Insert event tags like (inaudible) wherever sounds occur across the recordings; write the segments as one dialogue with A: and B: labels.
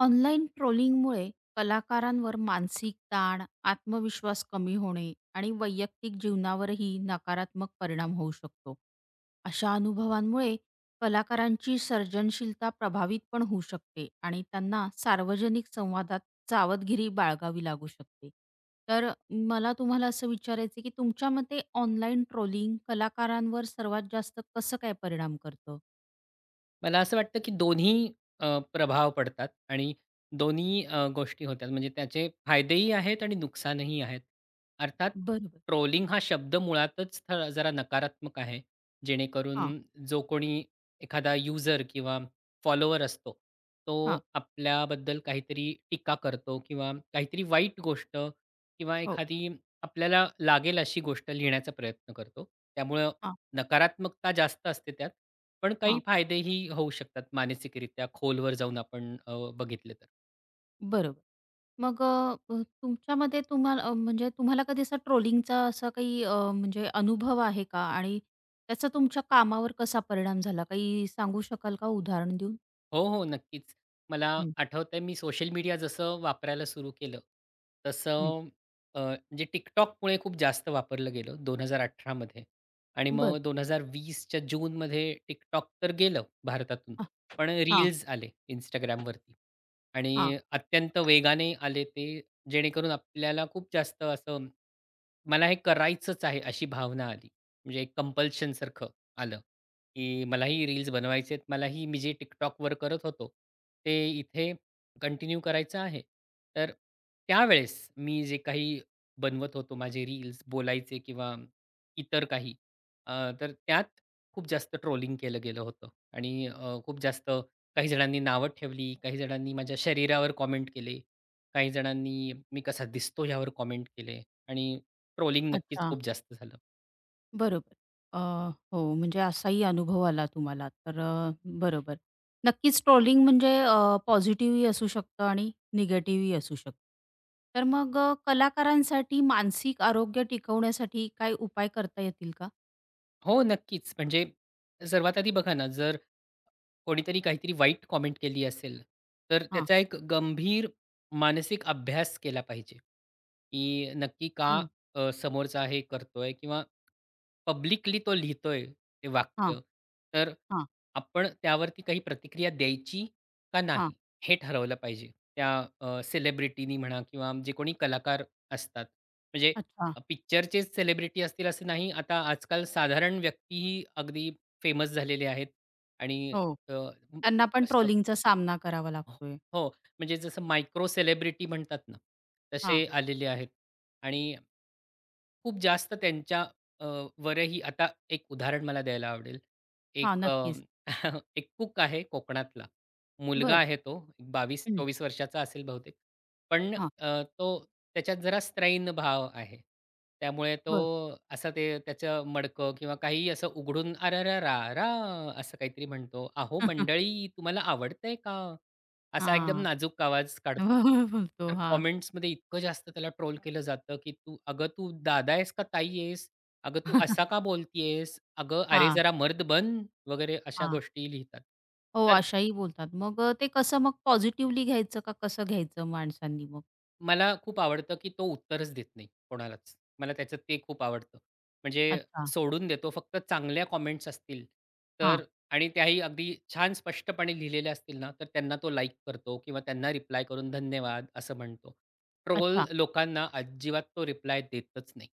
A: Online ट्रोलिंगमुळे कलाकारांवर मानसिक ताण, आत्मविश्वास कमी होणे आणि वैयक्तिक जीवनावरही नकारात्मक परिणाम होऊ शकतो. अशा अनुभवांमुळे कलाकारांची सर्जनशीलता प्रभावित पण होऊ शकते आणि त्यांना सार्वजनिक संवादात सावधगिरी बाळगावी लागू शकते. तर मला तुम्हाला असं विचारायचं की तुमच्या मते ऑनलाईन ट्रोलिंग कलाकारांवर सर्वात जास्त कसं काय परिणाम करतं?
B: मला असं वाटतं की दोन्ही प्रभाव पडतात आणि दोन्ही गोष्टी होतात. म्हणजे त्याचे फायदेही आहेत आणि नुकसानही आहेत. अर्थात
A: बरोबर.
B: ट्रोलिंग हा शब्द मुळातच जरा नकारात्मक आहे.
A: हां,
B: जेणेकरून जो कोणी एखादा युजर किंवा फॉलोवर असतो, तो
A: हां,
B: आपल्याबद्दल काहीतरी टीका करतो किंवा काहीतरी वाईट गोष्ट किंवा
A: हो.
B: एखादी आपल्याला लागेल अशी गोष्ट लिहिण्याचा प्रयत्न करतो. त्यामुळं
A: हां,
B: नकारात्मकता जास्त असते त्यात, पण काही
A: हां.
B: फायदेही होऊ शकतात मानसिकरित्या खोलवर जाऊन आपण बघितले तर.
A: बरोबर. मग अ, अ, तुमच्यामध्ये तुम्हाला म्हणजे तुम्हाला कधी असा ट्रोलिंगचा असा काही म्हणजे अनुभव आहे का? आणि त्याचा तुमच्या कामावर कसा परिणाम झाला? काही सांगू शकाल का उदाहरण देऊन?
B: हो, हो, नक्कीच. मला
A: हं,
B: आठवतंय मी सोशल मीडिया जसं वापरायला सुरू केलं,
A: हं.
B: तसं म्हणजे TikTokमुळे खूप जास्त वापरलं गेलं 2018 मध्ये आणि
A: बरं.
B: मग 2020च्या जूनमध्ये TikTok तर गेलं भारतातून,
A: अ,
B: पण
A: हां,
B: रील्स आले Instagramवरती
A: हां.
B: आणि अत्यंत वेगाने आले ते, जेणेकरून आपल्याला खूप जास्त असं मला हे करायचंच आहे अशी भावना आली. म्हणजे एक कंपल्शनसारखं आलं, की मलाही रील्स बनवायचेत. मलाही मी जे TikTokवर करत होतो, ते इथे कंटिन्यू करायचं आहे. तर त्यावेळेस मी जे काही बनवत होतो माझे रील्स बोलायचे किंवा इतर काही अ, तर त्यात खूप जास्त ट्रोलिंग केलं गेलं होतं आणि खूप जास्त काही जणांनी नावं ठेवली, काही जणांनी माझ्या शरीरावर कॉमेंट केले, काही जणांनी मी कसा दिसतो यावर कॉमेंट केले आणि ट्रोलिंग नक्कीच
A: अच्छा.
B: खूप जास्त झालं.
A: बरोबर. अ, हो, म्हणजे असाही अनुभव आला तुम्हाला. तर अ, बरोबर. नक्कीच ट्रोलिंग म्हणजे पॉझिटिव्हही असू शकतं आणि निगेटिव्हही असू शकतं. तर मग कलाकारांसाठी मानसिक आरोग्य टिकवण्यासाठी काय उपाय करता येतील का?
B: हो, नक्कीच. म्हणजे सर्वात आधी बघा ना, जर कोणीतरी काहीतरी वाईट कॉमेंट केली असेल, तर
A: हां.
B: त्याचा एक गंभीर मानसिक अभ्यास केला पाहिजे, की नक्की का
A: हं.
B: समोरचा हे करतोय किंवा पब्लिकली तो लिहितोय ते
A: हां,
B: वाक्य, तर
A: हां,
B: आपण त्यावरती काही प्रतिक्रिया द्यायची का
A: हां.
B: नाही? हे ठरवलं पाहिजे. त्या सेलिब्रिटीनी म्हणा किंवा जे कोणी कलाकार असतात. म्हणजे
A: अच्छा.
B: पिक्चरचेच सेलिब्रिटी असतील असं नाही. आता आजकाल साधारण व्यक्तीही अगदी फेमस झालेले आहेत आणि
A: हो. त्यांना पण
B: अ,
A: ट्रोलिंगचा सामना करावा
B: हो,
A: लागतोय.
B: हो. म्हणजे जसं मायक्रो सेलिब्रिटी म्हणतात ना,
A: हां,
B: तसे आलेले आहेत आणि खूप जास्त त्यांच्या अ, वरही आता एक उदाहरण मला द्यायला आवडेल.
A: हां.
B: एक
A: नक्कीच.
B: (laughs) एक कूक आहे कोकणातला. मुलगा
A: बरं.
B: आहे तो एक
A: हं.
B: 24 वर्षाचा असेल बहुतेक. पण
A: हां.
B: तो त्याच्यात जरा स्त्रैण भाव आहे. त्यामुळे तो
A: बरं.
B: असं ते त्याचं मडकं किंवा काहीही असं उघडून "अरारारारा" असं काहीतरी म्हणतो. "अहो
A: हां.
B: मंडळी तुम्हाला आवडतंय का?" असा एकदम
A: (laughs)
B: नाजूक आवाज काढतो.
A: बोलतो.
B: तर
A: हां.
B: कमेंट्समध्ये इतकं जास्त त्याला ट्रोल केलं जातं, की "तू अगं तू दादा आहेस का ताई आहेस? अगं तू असा का बोलतीयेस? अगं अरे
A: हां,
B: जरा मर्द बन" वगैरे अशा
A: हां.
B: गोष्टी लिहितात.
A: हो,
B: तर
A: अशाही बोलतात. मग ते कसं मग पॉझिटिव्हली घ्यायचं का कसं घ्यायचं माणसांनी मग?
B: मला खूप आवडतं, की तो उत्तरच देत नाही कोणालाच. मला त्याचं ते खूप आवडतं. म्हणजे
A: अच्छा.
B: सोडून देतो. फक्त चांगल्या कॉमेंट्स असतील
A: हां.
B: तर आणि त्याही अगदी छान स्पष्टपणे लिहिलेल्या असतील ना, तर त्यांना तो लाइक करतो किंवा त्यांना रिप्लाय करून धन्यवाद असं म्हणतो. ट्रोल
A: अच्छा.
B: लोकांना अजिबात तो रिप्लाय देतच नाही.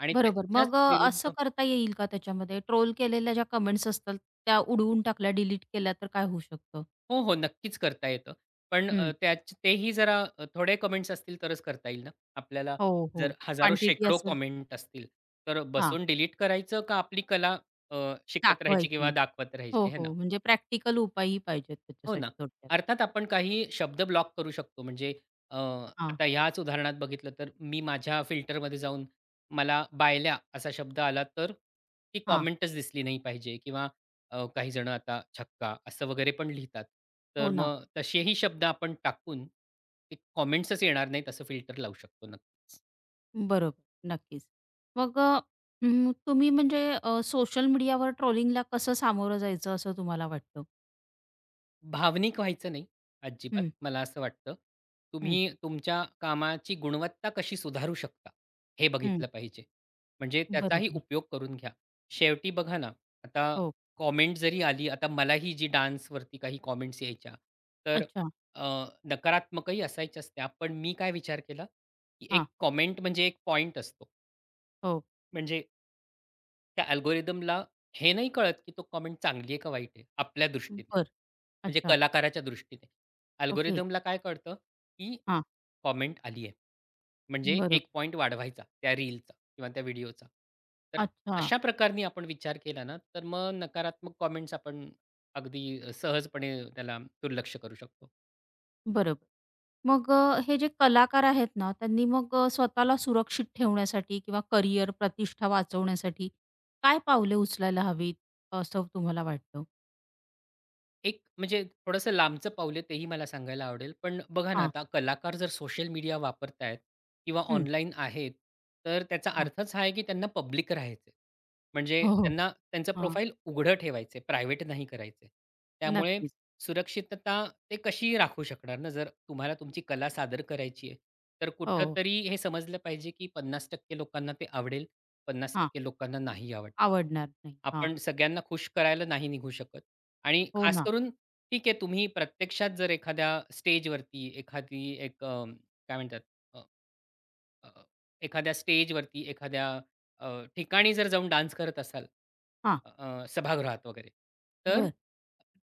B: आणि
A: बरोबर.
B: त्याच्याच
A: मग असं
B: विरुद्ध
A: करता येईल का त्याच्यामध्ये ट्रोल केलेल्या ज्या कमेंट्स असतात त्या उडवून टाकल्या, डिलीट केल्या तर काय होऊ शकतं?
B: हो, हो. नक्कीच करता येतं. पण
A: हं.
B: त्याच तेही जरा थोडे कमेंट्स असतील तरच करता येईल ना. आपल्याला
A: हो, हो.
B: जर हजारो,
A: क्वांटिटी
B: शेकडो
A: असेल
B: कमेंट असतील, तर
A: हां,
B: बसून डिलीट करायचं का आपली कला अ, शिकत राहायची किंवा
A: दाखवायची.
B: दाखवत
A: हो,
B: राहायची? है ना.
A: हो. म्हणजे प्रॅक्टिकल उपायही पाहिजेत
B: हो
A: त्याच्यासाठी
B: ना.
A: थोडक्यात.
B: अर्थात आपण काही शब्द ब्लॉक करू शकतो. म्हणजे अ,
A: हां,
B: आता ह्याच उदाहरणात बघितलं तर मी माझ्या फिल्टरमध्ये जाऊन मला "बायल्या" असा शब्द आला तर ती
A: हां.
B: कॉमेंटच दिसली नाही पाहिजे किंवा काही जण आता "छक्का" असं वगैरे पण लिहितात.
A: हो
B: तर
A: ना.
B: मग तसेही शब्द आपण टाकून ते कॉमेंट्सच येणार नाहीत असं फिल्टर लावू शकतो नक्कीच.
A: बरोबर. नक्कीच. मग तुम्ही म्हणजे सोशल मीडियावर ट्रोलिंगला कसं सामोरं जायचं असं तुम्हाला वाटतं?
B: भावनिक व्हायचं नाही अजिबात,
A: हं,
B: मला असं वाटतं.
A: हं,
B: तुम्ही तुमच्या कामाची गुणवत्ता कशी सुधारू शकता, हे
A: हं.
B: बघितलं पाहिजे. म्हणजे त्याचाही
A: बरोबर.
B: उपयोग करून घ्या. शेवटी बघा ना, आता
A: हो.
B: कॉमेंट जरी आली, आता मलाही जी डान्सवरती काही कॉमेंट्स यायच्या, तर
A: अच्छा.
B: अ, नकारात्मकही असायच्याच त्या. पण मी काय विचार केला, की
A: हां.
B: एक कॉमेंट म्हणजे एक पॉइंट असतो.
A: हो.
B: म्हणजे त्या अल्गोरिदमला हे नाही कळत, की तो कमेंट चांगली आहे का वाईट आहे, आपल्या दृष्टीने.
A: बरं.
B: म्हणजे
A: अच्छा.
B: कलाकाराच्या दृष्टीने.
A: ओके.
B: अल्गोरिदमला काय कळतं, की
A: हां.
B: कॉमेंट आली आहे. म्हणजे
A: बरोबर.
B: एक पॉइंट वाढवायचा त्या रीलचा किंवा त्या व्हिडिओचा. तर
A: अच्छा.
B: तशा प्रकारनी आपण विचार केला ना, तर मग नकारात्मक कमेंट्स आपण अगदी सहजपणे त्याला दुर्लक्ष करू शकतो.
A: बरोबर. मग अ, हे जे कलाकार आहेत ना, त्यांनी मग स्वतःला सुरक्षित ठेवण्यासाठी किंवा करिअर, प्रतिष्ठा वाचवण्यासाठी काय पावले उचलायला हवीत, असं तुम्हाला वाटतं?
B: एक म्हणजे थोडंसं लांबचं पाऊल आहे तेही मला सांगायला आवडेल. पण बघा ना,
A: हां.
B: आता कलाकार जर सोशल मीडिया वापरतायत किंवा
A: हं.
B: ऑनलाईन आहेत, तर त्याचा
A: हां.
B: अर्थच हा आहे की त्यांना पब्लिक राहायचं म्हणजे
A: हो, हो.
B: त्यांना त्यांचं
A: हां.
B: प्रोफाईल उघडं ठेवायचं प्रायव्हेट नाही करायचं त्यामुळे
A: नक्कीच.
B: सुरक्षितता ते कशी राखू शकणार ना, जर तुम्हाला तुमची कला सादर करायची आहे. तर
A: हो. हो.
B: कुठेतरी हे समजलं पाहिजे की 50% लोकांना ते आवडेल,
A: हां.
B: 50% लोकांना नाही आवडणार.
A: आवडणार नाही. हां.
B: आपण सगळ्यांना खुश करायला नाही निघू शकत. आणि
A: हो
B: खास
A: ना.
B: करून ठीक आहे तुम्ही प्रत्यक्षात जर एखाद्या स्टेजवरती एखादी एक काय म्हणतात अ, अ, एखाद्या स्टेजवरती एखाद्या अ, ठिकाणी जर जाऊन डान्स करत असाल
A: हां.
B: अ, अ, सभागृहात वगैरे तर
A: बर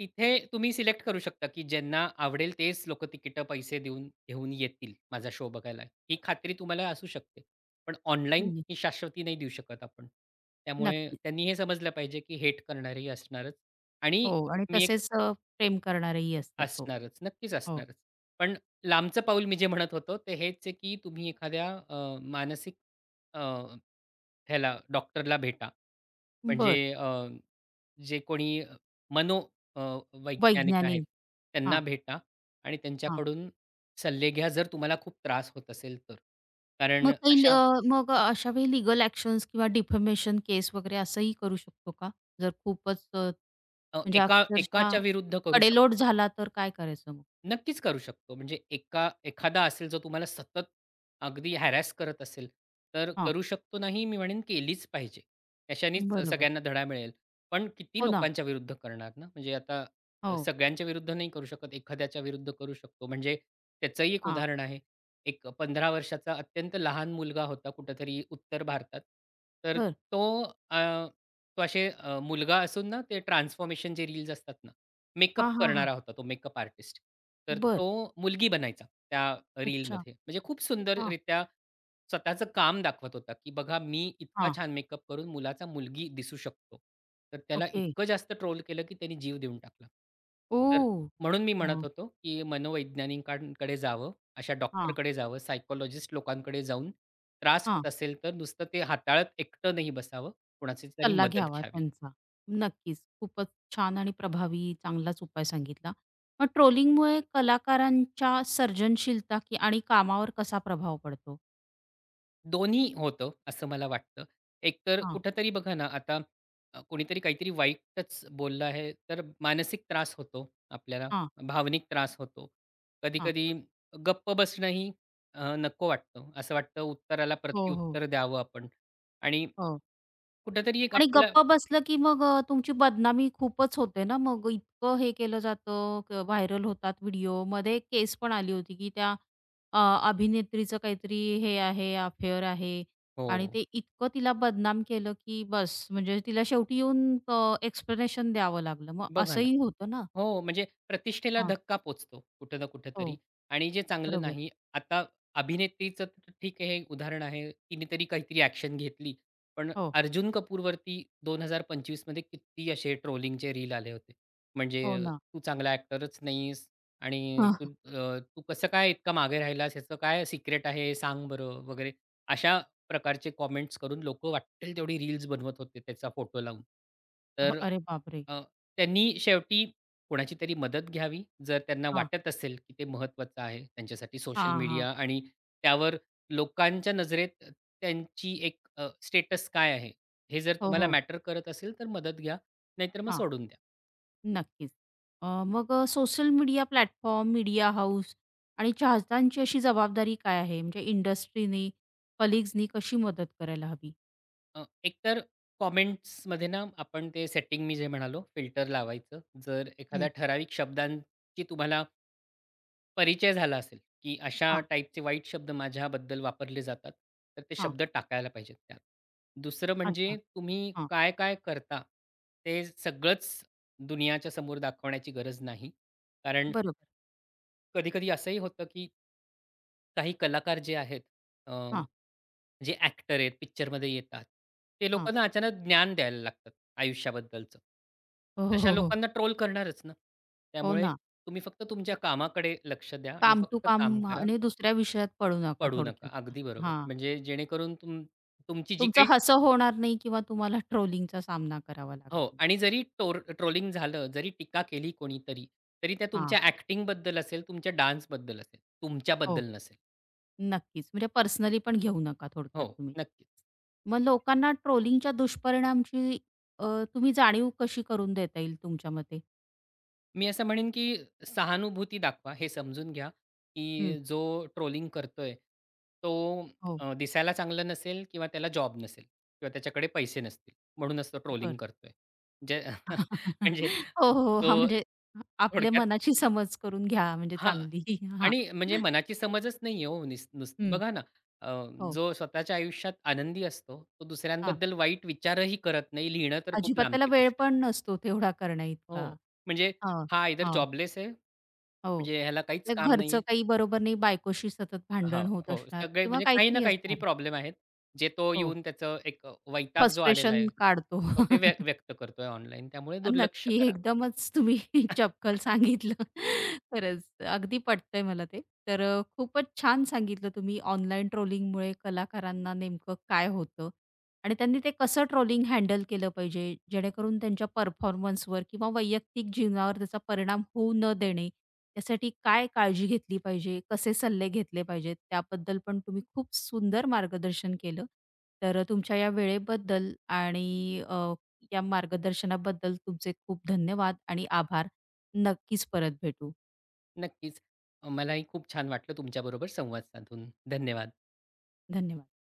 B: तिथे तुम्ही सिलेक्ट करू शकता की ज्यांना आवडेल तेच लोक तिकीटं पैसे देऊन घेऊन येतील माझा शो बघायला ही खात्री तुम्हाला असू शकते पण ऑनलाईन
A: हं.
B: ही शाश्वती नाही देऊ शकत आपण त्यामुळे
A: नक्कीच.
B: त्यांनी हे समजलं पाहिजे की हेट करणारी असणारच आणि
A: हो आणि
B: मी एक
A: तसेच प्रेम करणारेही असतात. हो.
B: असणारच. नक्कीच
A: हो.
B: असणारच. पण लांबचं पाऊल मी जे म्हणत होतो ते हेच आहे, की तुम्ही एखाद्या मानसिक अ, ह्याला डॉक्टरला भेटा. म्हणजे
A: बरं.
B: जे कोणी मनो अ, वैज्ञानिक आहेत,
A: वैज्ञानिक.
B: त्यांना
A: हां.
B: भेटा आणि
A: हां.
B: त्यांच्याकडून सल्ले घ्या, जर तुम्हाला खूप त्रास होत असेल तर. कारण
A: मग
B: अशा
A: मग अशा वेळी लीगल ॲक्शन्स किंवा डिफमेशन केस वगैरे असंही करू शकतो का? जर खूपच म्हणजे
B: एका
A: अक्षरशः
B: एकाच्या विरुद्ध करू शकतो.
A: कडेलोट झाला तर काय करायचं मग?
B: नक्कीच करू शकतो. म्हणजे एका एखादा असेल जो तुम्हाला सतत अगदी हॅरॅस करत असेल, तर
A: हां,
B: करू शकतो नाही मी म्हणेन केलीच पाहिजे. त्याच्यानेच
A: बरोबर.
B: सगळ्यांना धडा मिळेल. पण किती
A: हो ना.
B: लोकांच्या विरुद्ध करणार ना? म्हणजे आता
A: हो.
B: सगळ्यांच्या विरुद्ध नाही करू शकत, एखाद्याच्या विरुद्ध करू शकतो. म्हणजे त्याचंही एक
A: हां.
B: उदाहरण आहे. एक 15 वर्षाचा अत्यंत लहान मुलगा होता कुठेतरी उत्तर भारतात. तर
A: बर
B: तो अ, तो असे मुलगा असून ना, ते ट्रान्सफॉर्मेशन जे रील्स असतात ना, मेकअप
A: हां, हां, हां.
B: करणारा होता तो मेकअप आर्टिस्ट. तर
A: बरं.
B: तो मुलगी बनायचा त्या
A: अच्छा.
B: रीलमध्ये. म्हणजे खूप
A: हां,
B: सुंदररित्या स्वतःचं काम दाखवत होता, की बघा मी इतका
A: हां.
B: छान मेकअप करून मुलाचा मुलगी दिसू शकतो. तर त्याला
A: ओके.
B: इतकं जास्त ट्रोल केलं, की त्याने जीव देऊन टाकला. तर
A: ओह!
B: म्हणून मी म्हणत
A: हां,
B: होतो, की मनोवैज्ञानिकांकडे जावं, अशा
A: हां,
B: डॉक्टरकडे जावं, सायकॉलॉजिस्ट लोकांकडे जाऊन त्रास
A: हां.
B: होत असेल, तर नुसतं ते हाताळत एकटं नाही बसावं, कुणाची तरी
A: सल्ला
B: मदत
A: घ्यावा
B: घ्यावी.
A: त्यांचा. नक्कीच. खूपच छान आणि प्रभावी चांगलाच उपाय सांगितला. मग ट्रोलिंगमुळे कलाकारांच्या सर्जनशीलता की आणि कामावर कसा प्रभाव पडतो?
B: दोन्ही होतं, असं मला वाटतं. एकतर
A: हां,
B: कुठेतरी बघा ना, आता कोणीतरी काहीतरी वाईटच बोललं आहे, तर मानसिक त्रास होतो आपल्याला,
A: हां,
B: भावनिक त्रास होतो.
A: हां.
B: कधी-कधी गप्प बसणंही नको वाटतं. असं वाटतं उत्तराला
A: हो, हो.
B: प्रत्युत्तर द्यावं आपण आणि
A: हो.
B: कुठेतरी एक
A: आणि
B: आपल्याला
A: गप्प बसलं की मग तुमची बदनामी खूपच होते ना, मग इतकं हे केलं जातं, क व्हायरल होतात व्हिडिओ. मध्ये एक केस पण आली होती की त्या अ, अभिनेत्रीचं काहीतरी हे आहे, अफेअर आहे आणि
B: हो,
A: ते इतकं तिला बदनाम केलं की बस, म्हणजे तिला शेवटी येऊन एक्सप्लेनेशन द्यावं लागलं. मग
B: बघा ना.
A: असंही होतं ना.
B: हो, म्हणजे प्रतिष्ठेला
A: हां.
B: धक्का पोहोचतो कुठं ना
A: हो,
B: कुठेतरी आणि जे चांगलं
A: बरोबर.
B: नाही. आता अभिनेत्रीचं तर ठीक आहे, हे उदाहरण आहे. तिने तरी काहीतरी ॲक्शन घेतली. पण
A: हो,
B: अर्जुन कपूरवरती 2025 मध्ये किती असे ट्रोलिंगचे रील आले होते.
A: हो
B: म्हणजे
A: ना.
B: तू चांगला ॲक्टरच नाहीस आणि तू
A: (laughs)
B: तू कसं काय इतका मागे राहिलास? ह्याचं काय सिक्रेट आहे? सांग बरं वगैरे. अशा प्रकारचे कॉमेंट्स करून लोकं वाटेल तेवढी रील्स बनवत होते त्याचा फोटो लावून. तर
A: अरे बापरे!
B: अ, त्यांनी शेवटी कोणाची तरी मदत घ्यावी, जर त्यांना
A: हां,
B: वाटत असेल, की ते महत्त्वाचं आहे त्यांच्यासाठी सोशल
A: हां, हां.
B: मीडिया आणि त्यावर लोकांच्या नजरेत त्यांची एक स्टेटस काय आहे? हे जर
A: हो,
B: तुम्हाला
A: हो.
B: मॅटर करत असेल, तर मदत घ्या. नाहीतर मग
A: हां.
B: सोडून द्या.
A: नक्कीच. मग social media platform, media house आणि चाहत्यांची अशी जबाबदारी काय आहे? म्हणजे इंडस्ट्रीनी, कलीग्सनी कशी मदत करायला हवी?
B: एकतर कॉमेंट्समध्ये ना आपण ते सेटिंग मी जे म्हणालो फिल्टर लावायचं. जर
A: हं.
B: एखाद्या ठराविक शब्दांची तुम्हाला परिचय झाला असेल, की अशा
A: हां,
B: टाइपचे वाईट शब्द माझ्याबद्दल वापरले जातात, तर ते
A: हां.
B: शब्द टाकायला पाहिजेत त्यात. दुसरं म्हणजे
A: अच्छा.
B: तुम्ही
A: हां.
B: काय-काय करता, ते सगळंच दुनियाच्या समोर दाखवण्याची गरज नाही. कारण
A: बरोबर.
B: कधी-कधी असंही होतं, की काही कलाकार जे आहेत, अ,
A: हां,
B: जे ॲक्टर आहेत, पिक्चरमध्ये येतात, ते
A: हां.
B: लोकांना अचानक ज्ञान द्यायला लागतात आयुष्याबद्दलचं. मग
A: हो, हो,
B: तशा
A: हो, हो.
B: लोकांना ट्रोल करणारच ना.
A: हो
B: त्यामुळे
A: ना.
B: तुम्ही फक्त तुमच्या कामाकडे लक्ष द्या आणि
A: काम टू
B: फक्त काम
A: काम
B: करा.
A: आणि दुसऱ्या विषयात पडू नका
B: पडू नका.
A: थोडक्यात.
B: अगदी बरोबर.
A: हां.
B: म्हणजे जेणेकरून तुमची जी
A: तुमचं
B: काही
A: हसं होणार नाही किंवा तुम्हाला ट्रोलिंगचा सामना करावा
B: हो
A: लागणार नाही.
B: आणि जरी ट्रोलिंग झालं, जरी टीका केली कोणीतरी, तरी त्या
A: हां.
B: तुमच्या acting बद्दल असेल, तुमच्या डान्सबद्दल असेल,
A: हो.
B: तुमच्याबद्दल नसेल.
A: नक्कीच. म्हणजे पर्सनली पण घेऊ नका
B: हो,
A: थोडक्यात तुम्ही.
B: नक्कीच.
A: मग लोकांना ट्रोलिंगच्या दुष्परिणामची अ, तुम्ही जाणीव कशी करून देता येईल तुमच्या मते?
B: मी असं म्हणेन की सहानुभूती दाखवा. हे समजून घ्या,
A: हं.
B: की जो ट्रोलिंग करतोय तो
A: हो,
B: दिसायला चांगला नसेल किंवा त्याला जॉब नसेल किंवा त्याच्याकडे पैसे नसतील. म्हणूनच तो ट्रोलिंग
A: बरं.
B: करतोय. जे (laughs) म्हणजे
A: (laughs) हो, हो. हां,
B: जो
A: म्हणजे आपल्या
B: थोडक्यात
A: मनाची समज करून घ्या म्हणजे
B: हां.
A: चांगली. (laughs) हां.
B: आणि म्हणजे मनाची समजच नाहीये हो नुसती.
A: हं.
B: बघा ना, अ,
A: हो,
B: जो स्वतःच्या आयुष्यात आनंदी असतो, तो
A: हां.
B: दुसऱ्यांबद्दल वाईट विचारही करत नाही. लिहिणं तर खूप
A: अजिबात त्याला
B: लांबची
A: वेळ
B: गोष्ट आहे.
A: पण नसतो तेवढा
B: हो,
A: करण्याइतका.
B: म्हणजे
A: हां.
B: हा इधर
A: हां,
B: जॉबलेस आहे,
A: हो.
B: म्हणजे ह्याला काहीच
A: तर
B: काम
A: घरचं
B: नाहीये.
A: काही बरोबर नाही, बायकोशी सतत
B: हां,
A: भांडण होत
B: हो.
A: असणार
B: सगळे
A: किंवा
B: म्हणजे काही ना
A: काहीतरी
B: काहीतरी
A: असणार.
B: प्रॉब्लेम आहेत, जे तो
A: हो,
B: येऊन त्याचं एक वैताग जो आलेला
A: फ्रस्ट्रेशन
B: आहे,
A: काढतो.
B: तो ते
A: (laughs)
B: व्यक्त करतोय ऑनलाईन. त्यामुळे दुर्लक्ष
A: नक्की.
B: करा.
A: एकदमच तुम्ही (laughs) चपकल
B: (laughs)
A: सांगितलं. खरंच अगदी पटतंय मला ते. तर खूपच छान सांगितलं तुम्ही ऑनलाईन ट्रोलिंगमुळे कलाकारांना नेमकं काय होतं आणि त्यांनी ते कसं ट्रोलिंग हँडल केलं पाहिजे, जेणेकरून त्यांच्या परफॉर्मन्सवर किंवा वैयक्तिक जीवनावर त्याचा परिणाम होऊ न देणे, यासाठी काय काळजी घेतली पाहिजे, कसे सल्ले घेतले पाहिजेत, त्याबद्दल पण तुम्ही खूप सुंदर मार्गदर्शन केलं. तर तुमच्या या वेळेबद्दल आणि या मार्गदर्शनाबद्दल तुमचे खूप धन्यवाद आणि आभार. नक्कीच परत भेटू.
B: नक्कीच. मलाही खूप छान वाटलं तुमच्याबरोबर संवाद साधून. धन्यवाद.
A: धन्यवाद.